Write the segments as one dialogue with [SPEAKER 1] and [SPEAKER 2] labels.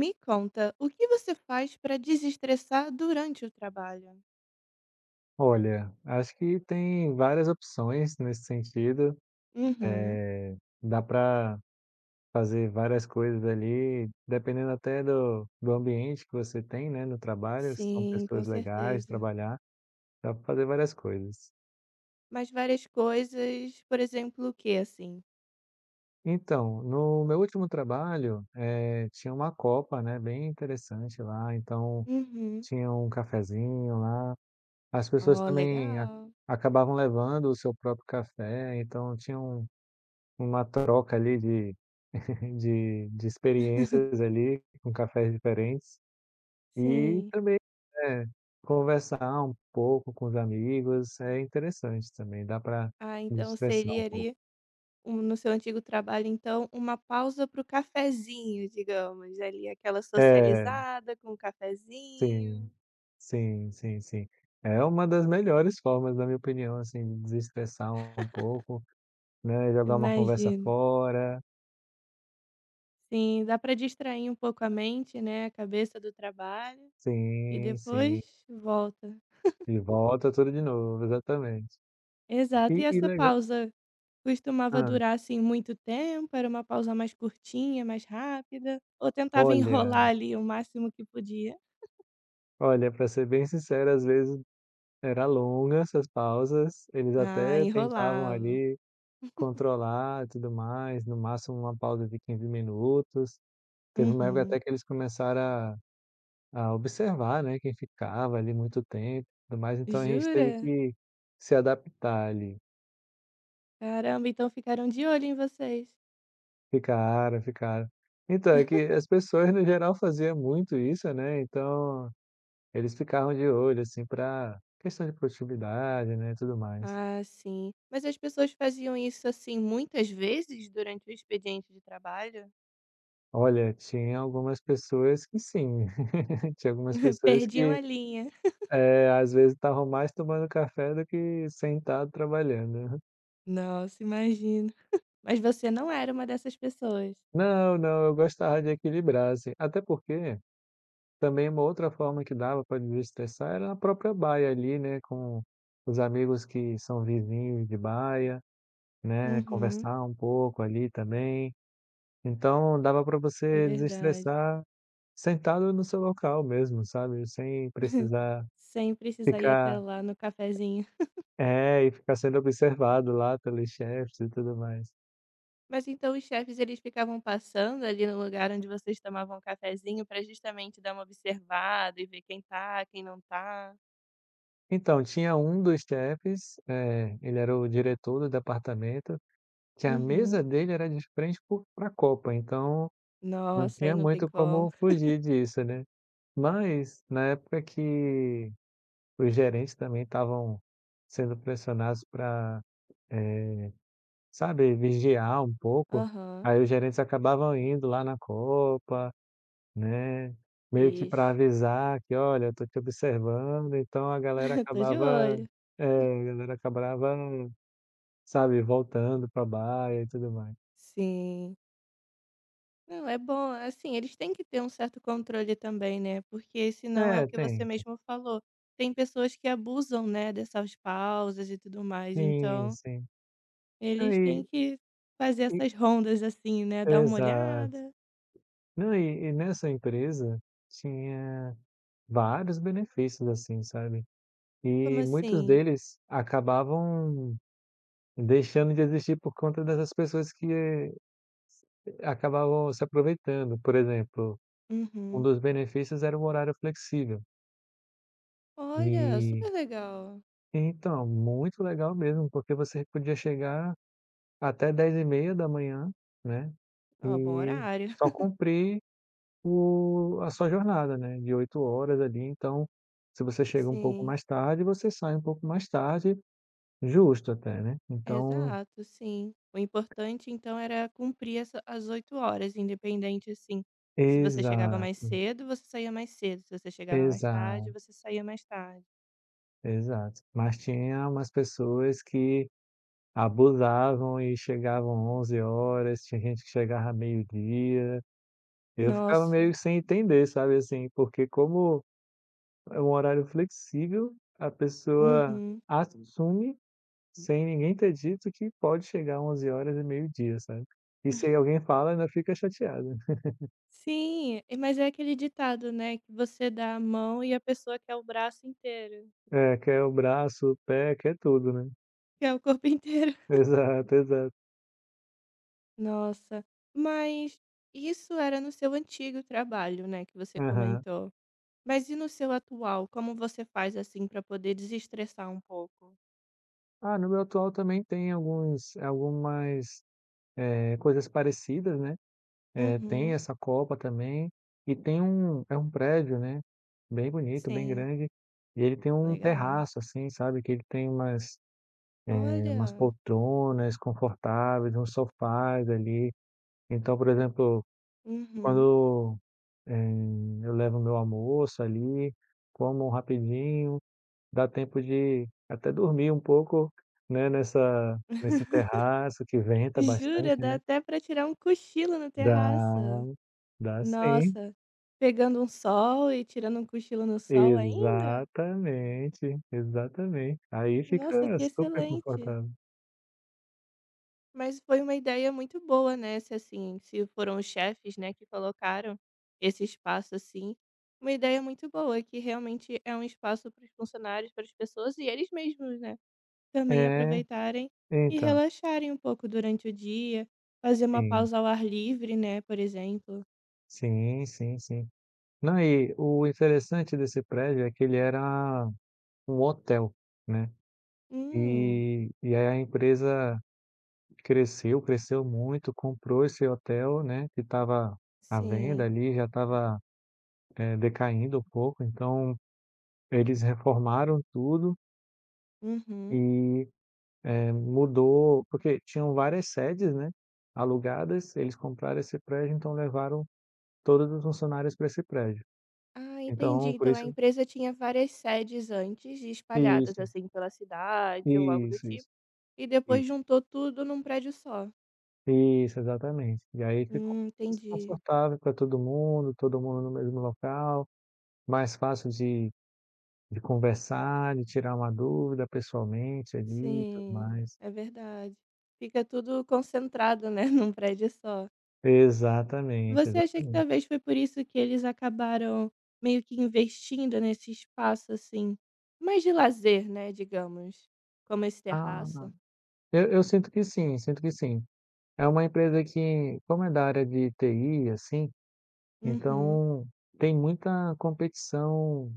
[SPEAKER 1] Me conta, o que você faz para desestressar durante o trabalho?
[SPEAKER 2] Olha, acho que tem várias opções nesse sentido,
[SPEAKER 1] Uhum.
[SPEAKER 2] eh, dá para fazer várias coisas ali, dependendo até do ambiente que você tem, né, no trabalho, se são
[SPEAKER 1] Sim, com
[SPEAKER 2] pessoas legais,
[SPEAKER 1] certeza.
[SPEAKER 2] trabalhar, dá pra fazer várias coisas.
[SPEAKER 1] Mas várias coisas, por exemplo, o que assim?
[SPEAKER 2] Então, no meu último trabalho, tinha uma copa, né, bem interessante lá, então
[SPEAKER 1] Uhum.
[SPEAKER 2] tinha um cafezinho lá, as pessoas
[SPEAKER 1] Ó,
[SPEAKER 2] também a
[SPEAKER 1] legal.
[SPEAKER 2] acabavam levando o seu próprio café, então tinha uma troca ali de de experiências ali, com cafés diferentes, e
[SPEAKER 1] Sim.
[SPEAKER 2] também, né, conversar um pouco com os amigos, é interessante também, dá para
[SPEAKER 1] Ah, então
[SPEAKER 2] desestressar um
[SPEAKER 1] seria
[SPEAKER 2] pouco.
[SPEAKER 1] ali, no seu antigo trabalho, então, uma pausa para o cafezinho, digamos. Ali, aquela
[SPEAKER 2] É,
[SPEAKER 1] socializada com o cafezinho.
[SPEAKER 2] sim. Sim, sim, sim. É uma das melhores formas, na minha opinião, assim, de desestressar um pouco, né, jogar uma conversa
[SPEAKER 1] Imagino.
[SPEAKER 2] fora.
[SPEAKER 1] Sim, dá para distrair um pouco a mente, né? A cabeça do trabalho. E
[SPEAKER 2] Sim, sim.
[SPEAKER 1] depois volta.
[SPEAKER 2] E volta tudo de novo, exatamente. E
[SPEAKER 1] Exato. E
[SPEAKER 2] e
[SPEAKER 1] essa
[SPEAKER 2] legal
[SPEAKER 1] pausa costumava
[SPEAKER 2] hã.
[SPEAKER 1] durar, assim, muito tempo? Era uma pausa mais curtinha, mais rápida? Ou tentava enrolar
[SPEAKER 2] Olha,
[SPEAKER 1] ali o máximo que podia?
[SPEAKER 2] olha, para ser bem sincero, às vezes era longa essas pausas, eles
[SPEAKER 1] Ah,
[SPEAKER 2] até tentavam
[SPEAKER 1] enrolava.
[SPEAKER 2] ali controlar e tudo mais, no máximo uma pausa de 15 minutos. Teve uma época
[SPEAKER 1] Uhum.
[SPEAKER 2] até que eles começaram a observar, né, quem ficava ali muito tempo e tudo mais, então a gente teve
[SPEAKER 1] Jura?
[SPEAKER 2] que se adaptar ali.
[SPEAKER 1] Caramba, então ficaram de olho em vocês.
[SPEAKER 2] Ficaram, ficaram. Então, é que as pessoas no geral faziam muito isso, né, então eles ficavam de olho, assim, para questão de produtividade, né, e tudo mais.
[SPEAKER 1] Ah, sim. Mas as pessoas faziam isso, assim, muitas vezes durante o expediente de trabalho?
[SPEAKER 2] Olha, tinha algumas pessoas que sim. Tinha algumas pessoas
[SPEAKER 1] Perdiam
[SPEAKER 2] que,
[SPEAKER 1] a linha.
[SPEAKER 2] às vezes estavam mais tomando café do que sentado trabalhando, aham.
[SPEAKER 1] Nossa, imagino. Mas você não era uma dessas pessoas.
[SPEAKER 2] Não, não, eu gostava de equilibrar, assim, até porque também uma outra forma que dava para desestressar era a própria baia ali, né, com os amigos que são vizinhos de baia, né,
[SPEAKER 1] Uhum.
[SPEAKER 2] conversar um pouco ali também. Então dava para
[SPEAKER 1] É
[SPEAKER 2] você
[SPEAKER 1] verdade.
[SPEAKER 2] desestressar sentado no seu local mesmo, sabe, sem precisar
[SPEAKER 1] Sem precisar ir até
[SPEAKER 2] ficar,
[SPEAKER 1] lá no cafezinho.
[SPEAKER 2] é, e ficar sendo observado lá pelos chefes e tudo mais.
[SPEAKER 1] Mas então os chefes eles ficavam passando ali no lugar onde vocês tomavam um cafezinho para justamente dar uma observada e ver quem tá, quem não tá.
[SPEAKER 2] Então, tinha um dos chefes, ele era o diretor do departamento, que a
[SPEAKER 1] Uhum.
[SPEAKER 2] mesa dele era de frente para a copa, então não
[SPEAKER 1] Nossa, aí
[SPEAKER 2] tinha
[SPEAKER 1] não tem
[SPEAKER 2] muito
[SPEAKER 1] como.
[SPEAKER 2] como fugir disso, né. Mas, na época que os gerentes também estavam sendo pressionados pra, eh, sabe, vigiar um pouco,
[SPEAKER 1] Aham.
[SPEAKER 2] aí os gerentes acabavam indo lá na copa, né, meio que para
[SPEAKER 1] Vixe.
[SPEAKER 2] avisar que: "Olha, eu tô te observando", então
[SPEAKER 1] Tô de olho.
[SPEAKER 2] é, a galera acabava, sabe, voltando para baia e tudo mais.
[SPEAKER 1] Sim. Não, é bom, assim, eles têm que ter um certo controle também, né? Porque senão é o
[SPEAKER 2] É,
[SPEAKER 1] que você
[SPEAKER 2] tenta.
[SPEAKER 1] mesmo falou. Tem pessoas que abusam, né, dessas pausas e tudo mais.
[SPEAKER 2] Sim,
[SPEAKER 1] Então,
[SPEAKER 2] sim. Não,
[SPEAKER 1] eles têm
[SPEAKER 2] e
[SPEAKER 1] que fazer
[SPEAKER 2] e
[SPEAKER 1] essas rondas, assim, né, dar uma
[SPEAKER 2] exato.
[SPEAKER 1] olhada.
[SPEAKER 2] Não, e nessa empresa tinha vários benefícios, assim, sabe,
[SPEAKER 1] Como
[SPEAKER 2] e muitos
[SPEAKER 1] assim?
[SPEAKER 2] deles acabavam deixando de existir por conta dessas pessoas que acabavam se aproveitando. Por exemplo. Um
[SPEAKER 1] Uhum.
[SPEAKER 2] dos benefícios era o horário flexível.
[SPEAKER 1] Olha,
[SPEAKER 2] E
[SPEAKER 1] super legal.
[SPEAKER 2] então, muito legal mesmo, porque você podia chegar até 10:30 da manhã, né,
[SPEAKER 1] Ó, bom
[SPEAKER 2] e
[SPEAKER 1] horário.
[SPEAKER 2] só cumprir o a sua jornada, né, de 8 horas ali, então, se você chega um pouco
[SPEAKER 1] Sim,
[SPEAKER 2] mais tarde, você sai um pouco mais tarde, justo até, né. Então
[SPEAKER 1] exato, sim. O importante então era cumprir essa as 8 horas, independente assim, se você chegava mais
[SPEAKER 2] exato,
[SPEAKER 1] cedo, você saía mais cedo, se você chegava mais tarde,
[SPEAKER 2] exato,
[SPEAKER 1] você saía mais tarde.
[SPEAKER 2] exato. Mas tinha umas pessoas que abusavam e chegavam 11 horas, tinha gente que chegava meio-dia. Eu ficava meio
[SPEAKER 1] Nossa.
[SPEAKER 2] sem entender, sabe, assim, porque como é um horário flexível, a pessoa
[SPEAKER 1] Uhum.
[SPEAKER 2] assume, sem ninguém ter dito, que pode chegar 11 horas e meio-dia, sabe. E se alguém fala, ainda fica chateada.
[SPEAKER 1] Sim, e mas é aquele ditado, né, que você dá a mão e a pessoa quer o braço inteiro,
[SPEAKER 2] É, quer o braço, o pé, quer tudo, né.
[SPEAKER 1] quer o corpo inteiro.
[SPEAKER 2] Exato, exato.
[SPEAKER 1] Nossa, mas isso era no seu antigo trabalho, né, que você
[SPEAKER 2] Aham.
[SPEAKER 1] comentou. Mas e no seu atual? Como você faz assim para poder desestressar um pouco?
[SPEAKER 2] Ah, no meu atual também tem alguns algumas, coisas parecidas, né. Tem
[SPEAKER 1] Uhum,
[SPEAKER 2] essa copa também, e tem um prédio, né, bem bonito, bem
[SPEAKER 1] sim,
[SPEAKER 2] grande, e ele tem um
[SPEAKER 1] legal.
[SPEAKER 2] terraço, assim, sabe, que ele tem umas
[SPEAKER 1] Olha,
[SPEAKER 2] poltronas confortáveis, uns sofás ali. Então, por exemplo,
[SPEAKER 1] uhum.
[SPEAKER 2] quando, eh, eu levo meu almoço ali, como rapidinho, dá tempo de até dormir um pouco, né, nessa nesse terraço que venta
[SPEAKER 1] Jura,
[SPEAKER 2] bastante,
[SPEAKER 1] dá
[SPEAKER 2] né.
[SPEAKER 1] até para tirar um cochilo na
[SPEAKER 2] Dá,
[SPEAKER 1] terraça.
[SPEAKER 2] dá sim.
[SPEAKER 1] Nossa, pegando um sol e tirando um cochilo no sol ainda?
[SPEAKER 2] Exatamente, exatamente. Aí
[SPEAKER 1] Nossa,
[SPEAKER 2] fica
[SPEAKER 1] que
[SPEAKER 2] super
[SPEAKER 1] excelente.
[SPEAKER 2] confortável.
[SPEAKER 1] Mas foi uma ideia muito boa, né, se, assim, se foram os chefes, né, que colocaram esse espaço, assim, uma ideia muito boa, que realmente é um espaço para os funcionários, para as pessoas e eles mesmos, né, também
[SPEAKER 2] É,
[SPEAKER 1] aproveitarem e
[SPEAKER 2] então,
[SPEAKER 1] relaxarem um pouco durante o dia, fazer uma
[SPEAKER 2] sim.
[SPEAKER 1] pausa ao ar livre, né, por exemplo.
[SPEAKER 2] Sim, sim, sim. Não, e o interessante desse prédio é que ele era um hotel, né,
[SPEAKER 1] Hum,
[SPEAKER 2] e aí a empresa cresceu, cresceu muito, comprou esse hotel, né, que estava à venda
[SPEAKER 1] sim.
[SPEAKER 2] ali, já estava, decaindo um pouco, então eles reformaram tudo
[SPEAKER 1] Uhum.
[SPEAKER 2] e mudou porque tinham várias sedes, né, alugadas, eles compraram esse prédio, então levaram todos os funcionários para esse prédio.
[SPEAKER 1] Ah, entendi.
[SPEAKER 2] Então, por
[SPEAKER 1] Então a
[SPEAKER 2] isso.
[SPEAKER 1] empresa tinha várias sedes antes espalhadas,
[SPEAKER 2] Isso,
[SPEAKER 1] assim, pela cidade ou algo do
[SPEAKER 2] isso,
[SPEAKER 1] tipo.
[SPEAKER 2] isso,
[SPEAKER 1] E depois
[SPEAKER 2] isso.
[SPEAKER 1] juntou tudo num prédio só.
[SPEAKER 2] Isso, exatamente. E aí ficou mais
[SPEAKER 1] Entendi.
[SPEAKER 2] confortável para todo mundo no mesmo local, mais fácil de conversar, de tirar uma dúvida pessoalmente ali e tudo
[SPEAKER 1] Sim,
[SPEAKER 2] mais.
[SPEAKER 1] é verdade. Fica tudo concentrado, né, num prédio só.
[SPEAKER 2] Exatamente,
[SPEAKER 1] Você acha que
[SPEAKER 2] exatamente.
[SPEAKER 1] talvez foi por isso que eles acabaram meio que investindo nesse espaço, assim, mais de lazer, né, digamos, como esse
[SPEAKER 2] Ah,
[SPEAKER 1] terraço?
[SPEAKER 2] eu sinto que sim, sinto que sim. É uma empresa que, como é da área de TI, assim,
[SPEAKER 1] Uhum,
[SPEAKER 2] então tem muita competição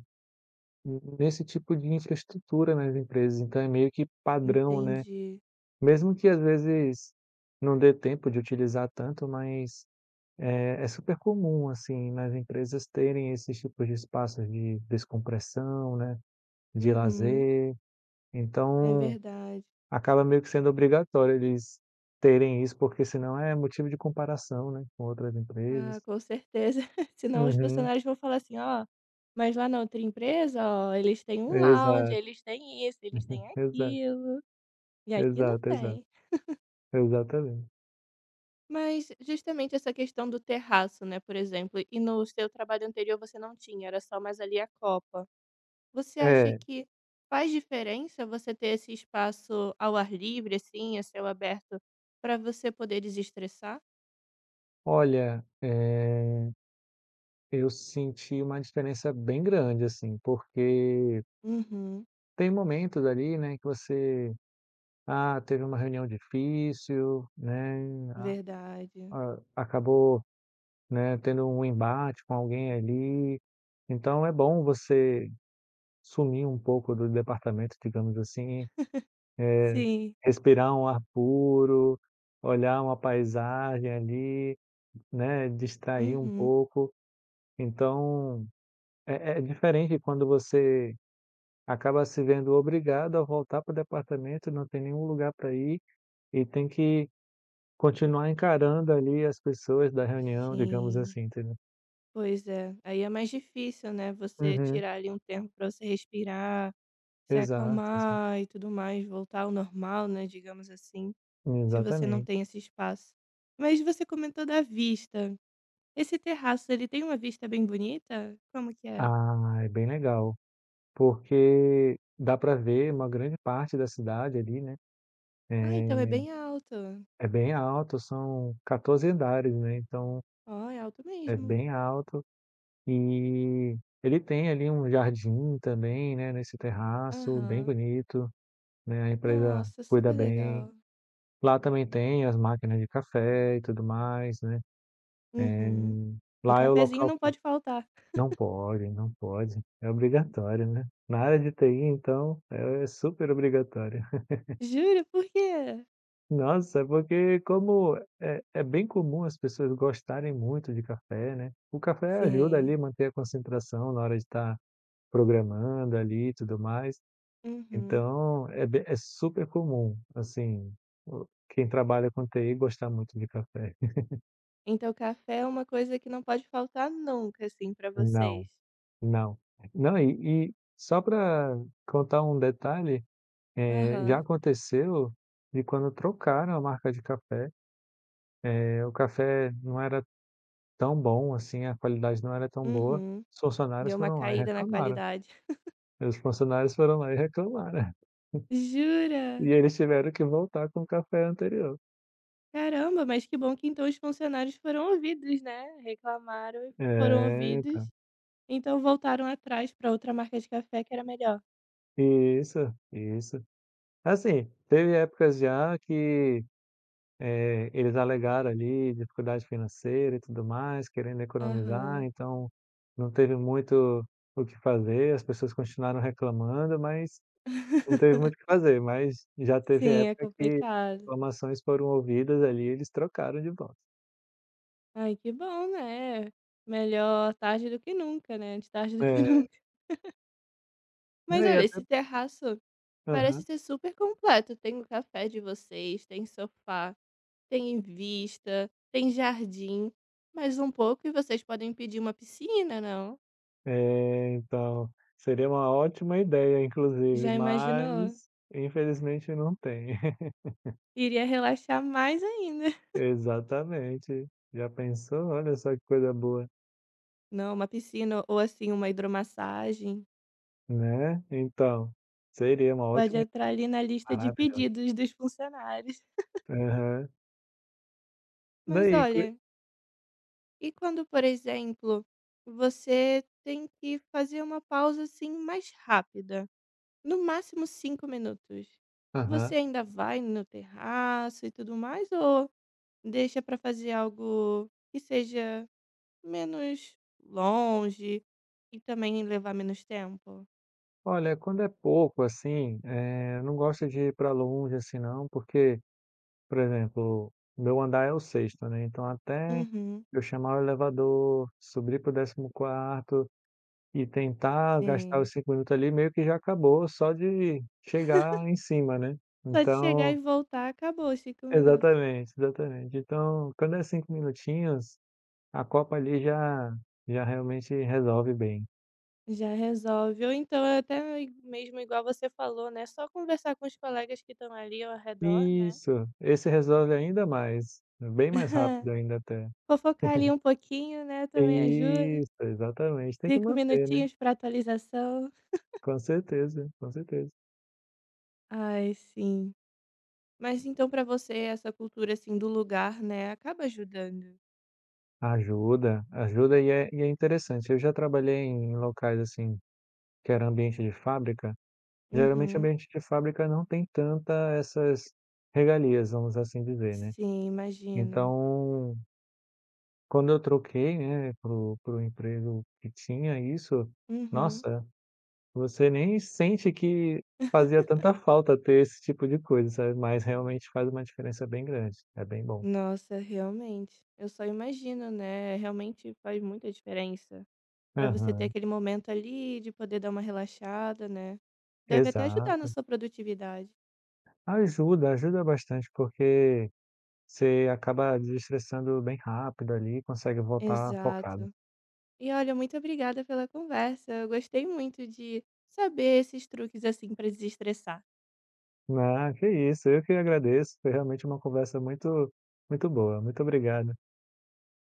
[SPEAKER 2] nesse tipo de infraestrutura nas empresas, então é meio que padrão, né.
[SPEAKER 1] entendi.
[SPEAKER 2] Mesmo que às vezes não dê tempo de utilizar tanto, mas é super comum, assim, nas empresas terem esses tipos de espaços de descompressão, né, de
[SPEAKER 1] Uhum,
[SPEAKER 2] lazer.
[SPEAKER 1] é
[SPEAKER 2] Então
[SPEAKER 1] verdade.
[SPEAKER 2] acaba meio que sendo obrigatório eles terem isso, porque senão é motivo de comparação, né, com outras
[SPEAKER 1] Ah,
[SPEAKER 2] empresas.
[SPEAKER 1] com certeza. Senão os
[SPEAKER 2] Uhum.
[SPEAKER 1] funcionários vão falar assim: "Ó, mas lá na outra empresa, ó, eles têm um lounge,
[SPEAKER 2] Exato,
[SPEAKER 1] eles têm isso, eles têm
[SPEAKER 2] exato,
[SPEAKER 1] aquilo, e aqui não
[SPEAKER 2] exato, exato.
[SPEAKER 1] tem".
[SPEAKER 2] Exatamente.
[SPEAKER 1] Mas justamente essa questão do terraço, né, por exemplo, e no seu trabalho anterior você não tinha, era só mais ali a copa. Você acha
[SPEAKER 2] É,
[SPEAKER 1] que faz diferença você ter esse espaço ao ar livre, assim, a céu aberto, para você poder desestressar?
[SPEAKER 2] olha, eu senti uma diferença bem grande, assim, porque
[SPEAKER 1] Uhum,
[SPEAKER 2] tem momentos ali, né, que você, ah, teve uma reunião difícil, né, a
[SPEAKER 1] verdade.
[SPEAKER 2] a acabou, né, tendo um embate com alguém ali, então é bom você sumir um pouco do departamento, digamos assim,
[SPEAKER 1] Sim.
[SPEAKER 2] respirar um ar puro, olhar uma paisagem ali, né, distrair um
[SPEAKER 1] Uhum,
[SPEAKER 2] pouco. Então, é diferente quando você acaba se vendo obrigado a voltar para o departamento, não tem nenhum lugar para ir e tem que continuar encarando ali as pessoas da reunião, digamos
[SPEAKER 1] sim.
[SPEAKER 2] assim, entendeu?
[SPEAKER 1] Pois é, aí é mais difícil, né, você
[SPEAKER 2] Uhum,
[SPEAKER 1] tirar ali um tempo para você respirar, se
[SPEAKER 2] exato, exa
[SPEAKER 1] acalmar e tudo mais, voltar ao normal, né, digamos assim, se você não
[SPEAKER 2] exatamente.
[SPEAKER 1] tem esse espaço. Mas você comentou da vista. Esse terraço, ele tem uma vista bem bonita? Como que é?
[SPEAKER 2] Ah, é bem legal. Porque dá para ver uma grande parte da cidade ali, né,
[SPEAKER 1] Ah, então é
[SPEAKER 2] eh,
[SPEAKER 1] bem alto.
[SPEAKER 2] é bem alto, são 14 andares, né, então
[SPEAKER 1] Ó, é alto
[SPEAKER 2] é
[SPEAKER 1] mesmo.
[SPEAKER 2] bem alto e ele tem ali um jardim também, né, nesse terraço bem
[SPEAKER 1] Aham.
[SPEAKER 2] bonito, né, a empresa
[SPEAKER 1] Nossa,
[SPEAKER 2] cuida
[SPEAKER 1] super
[SPEAKER 2] bem.
[SPEAKER 1] legal.
[SPEAKER 2] Lá também tem as máquinas de café e tudo mais, né, eh,
[SPEAKER 1] Uhum. Um
[SPEAKER 2] lá é o
[SPEAKER 1] cafezinho
[SPEAKER 2] local
[SPEAKER 1] não
[SPEAKER 2] que
[SPEAKER 1] pode faltar.
[SPEAKER 2] não pode, não pode, é obrigatório, né. Na área de TI então é super obrigatório.
[SPEAKER 1] Juro, por quê?
[SPEAKER 2] Nossa, é porque como é bem comum as pessoas gostarem muito de café, né, o café ajuda ali
[SPEAKER 1] Sim.
[SPEAKER 2] a manter a concentração na hora de estar programando ali e tudo mais,
[SPEAKER 1] Uhum.
[SPEAKER 2] então é be é super comum, assim, o quem trabalha com TI gostar muito de café.
[SPEAKER 1] Então café é uma coisa que não pode faltar nunca, assim, pra vocês?
[SPEAKER 2] Não, não. Não, e só para contar um detalhe, já
[SPEAKER 1] Aham.
[SPEAKER 2] aconteceu de quando trocaram a marca de café, o café não era tão bom assim, a qualidade não era tão boa,
[SPEAKER 1] Uhum.
[SPEAKER 2] os funcionários
[SPEAKER 1] Deu uma
[SPEAKER 2] foram lá e
[SPEAKER 1] caída na
[SPEAKER 2] reclamaram.
[SPEAKER 1] qualidade.
[SPEAKER 2] Os funcionários foram lá e reclamaram. E
[SPEAKER 1] Jura?
[SPEAKER 2] eles tiveram que voltar com o café anterior.
[SPEAKER 1] Caramba, mas que bom que então os funcionários foram ouvidos, né, reclamaram e foram
[SPEAKER 2] É, então.
[SPEAKER 1] ouvidos, então voltaram atrás pra outra marca de café que era melhor.
[SPEAKER 2] Isso, isso. Assim, teve épocas já que, eles alegaram ali dificuldade financeira e tudo mais, querendo economizar,
[SPEAKER 1] Aham.
[SPEAKER 2] então não teve muito o que fazer, as pessoas continuaram reclamando, mas não teve muito o que fazer, mas já teve
[SPEAKER 1] Sim, é
[SPEAKER 2] época que
[SPEAKER 1] complicado.
[SPEAKER 2] reclamações foram ouvidas ali, eles trocaram de voz.
[SPEAKER 1] Ai, que bom, né. Melhor tarde do que nunca, né, de tarde do que
[SPEAKER 2] É,
[SPEAKER 1] nunca.
[SPEAKER 2] não
[SPEAKER 1] Mas
[SPEAKER 2] e
[SPEAKER 1] olha,
[SPEAKER 2] até
[SPEAKER 1] esse terraço parece
[SPEAKER 2] aham.
[SPEAKER 1] ser super completo, tem o café de vocês, tem sofá, tem vista, tem jardim, mais um pouco e vocês podem pedir uma piscina, não?
[SPEAKER 2] É, então, seria uma ótima ideia inclusive,
[SPEAKER 1] Já imaginou?
[SPEAKER 2] mas infelizmente não tem.
[SPEAKER 1] Iria relaxar mais ainda.
[SPEAKER 2] Exatamente. Já pensou? Olha só que coisa boa,
[SPEAKER 1] Não, uma piscina ou assim uma hidromassagem
[SPEAKER 2] né. Então, seria uma
[SPEAKER 1] pode
[SPEAKER 2] ótima
[SPEAKER 1] entrar ali na lista de
[SPEAKER 2] maravilhosa.
[SPEAKER 1] pedidos dos funcionários.
[SPEAKER 2] Aham. Não
[SPEAKER 1] Mas
[SPEAKER 2] e que
[SPEAKER 1] olha, e quando, por exemplo, você tem que fazer uma pausa assim mais rápida? No máximo 5 minutos. Você
[SPEAKER 2] aham.
[SPEAKER 1] ainda vai no terraço e tudo mais ou deixa para fazer algo que seja menos longe e também levar menos tempo?
[SPEAKER 2] Olha, quando é pouco, assim, eu não gosto de ir para longe, assim, não, porque, por exemplo, meu andar é o sexto, né, então até
[SPEAKER 1] Uhum.
[SPEAKER 2] eu chamar o elevador, subir para o 14º e tentar gastar
[SPEAKER 1] Sim.
[SPEAKER 2] os 5 minutos ali, meio que já acabou só de chegar em cima, né.
[SPEAKER 1] Só de chegar
[SPEAKER 2] Então
[SPEAKER 1] e voltar acabou os 5 minutos.
[SPEAKER 2] exatamente, exatamente. Então, quando é 5 minutinhos, a copa ali já já realmente resolve bem.
[SPEAKER 1] Já resolve. Ou então é até i mesmo igual você falou, né, só conversar com os colegas que estão ali ao redor, né.
[SPEAKER 2] Isso, esse resolve ainda mais, bem mais rápido ainda até.
[SPEAKER 1] Fofocar ali um pouquinho, né, também ajuda.
[SPEAKER 2] Isso, exatamente, tem que
[SPEAKER 1] 5
[SPEAKER 2] manter, né.
[SPEAKER 1] minutinhos para atualização.
[SPEAKER 2] Com certeza, com certeza.
[SPEAKER 1] Ai, sim. Mas então pra você essa cultura, assim, do lugar, né, acaba ajudando.
[SPEAKER 2] Ajuda, ajuda e é interessante. Eu já trabalhei em locais, assim, que era ambiente de fábrica. Geralmente,
[SPEAKER 1] Uhum.
[SPEAKER 2] ambiente de fábrica não tem tanta essas regalias, vamos assim dizer, né.
[SPEAKER 1] Sim, imagino.
[SPEAKER 2] Então, quando eu troquei, né, pro emprego que tinha isso,
[SPEAKER 1] Uhum.
[SPEAKER 2] nossa, você nem sente que fazia tanta falta ter esse tipo de coisa, sabe, mas realmente faz uma diferença bem grande. É bem bom.
[SPEAKER 1] Nossa, realmente. Eu só imagino, né, é, realmente faz muita diferença pra você ter
[SPEAKER 2] Aham,
[SPEAKER 1] aquele momento ali de poder dar uma relaxada, né. Deve até ajudar na
[SPEAKER 2] exato.
[SPEAKER 1] sua produtividade.
[SPEAKER 2] Ajuda, ajuda bastante porque você acaba desestressando bem rápido ali, consegue voltar focado.
[SPEAKER 1] Exato. E olha, muito obrigada pela conversa, eu gostei muito de saber esses truques, assim, pra desestressar.
[SPEAKER 2] Ah, que isso, eu que agradeço, foi realmente uma conversa muito muito boa. Muito obrigado.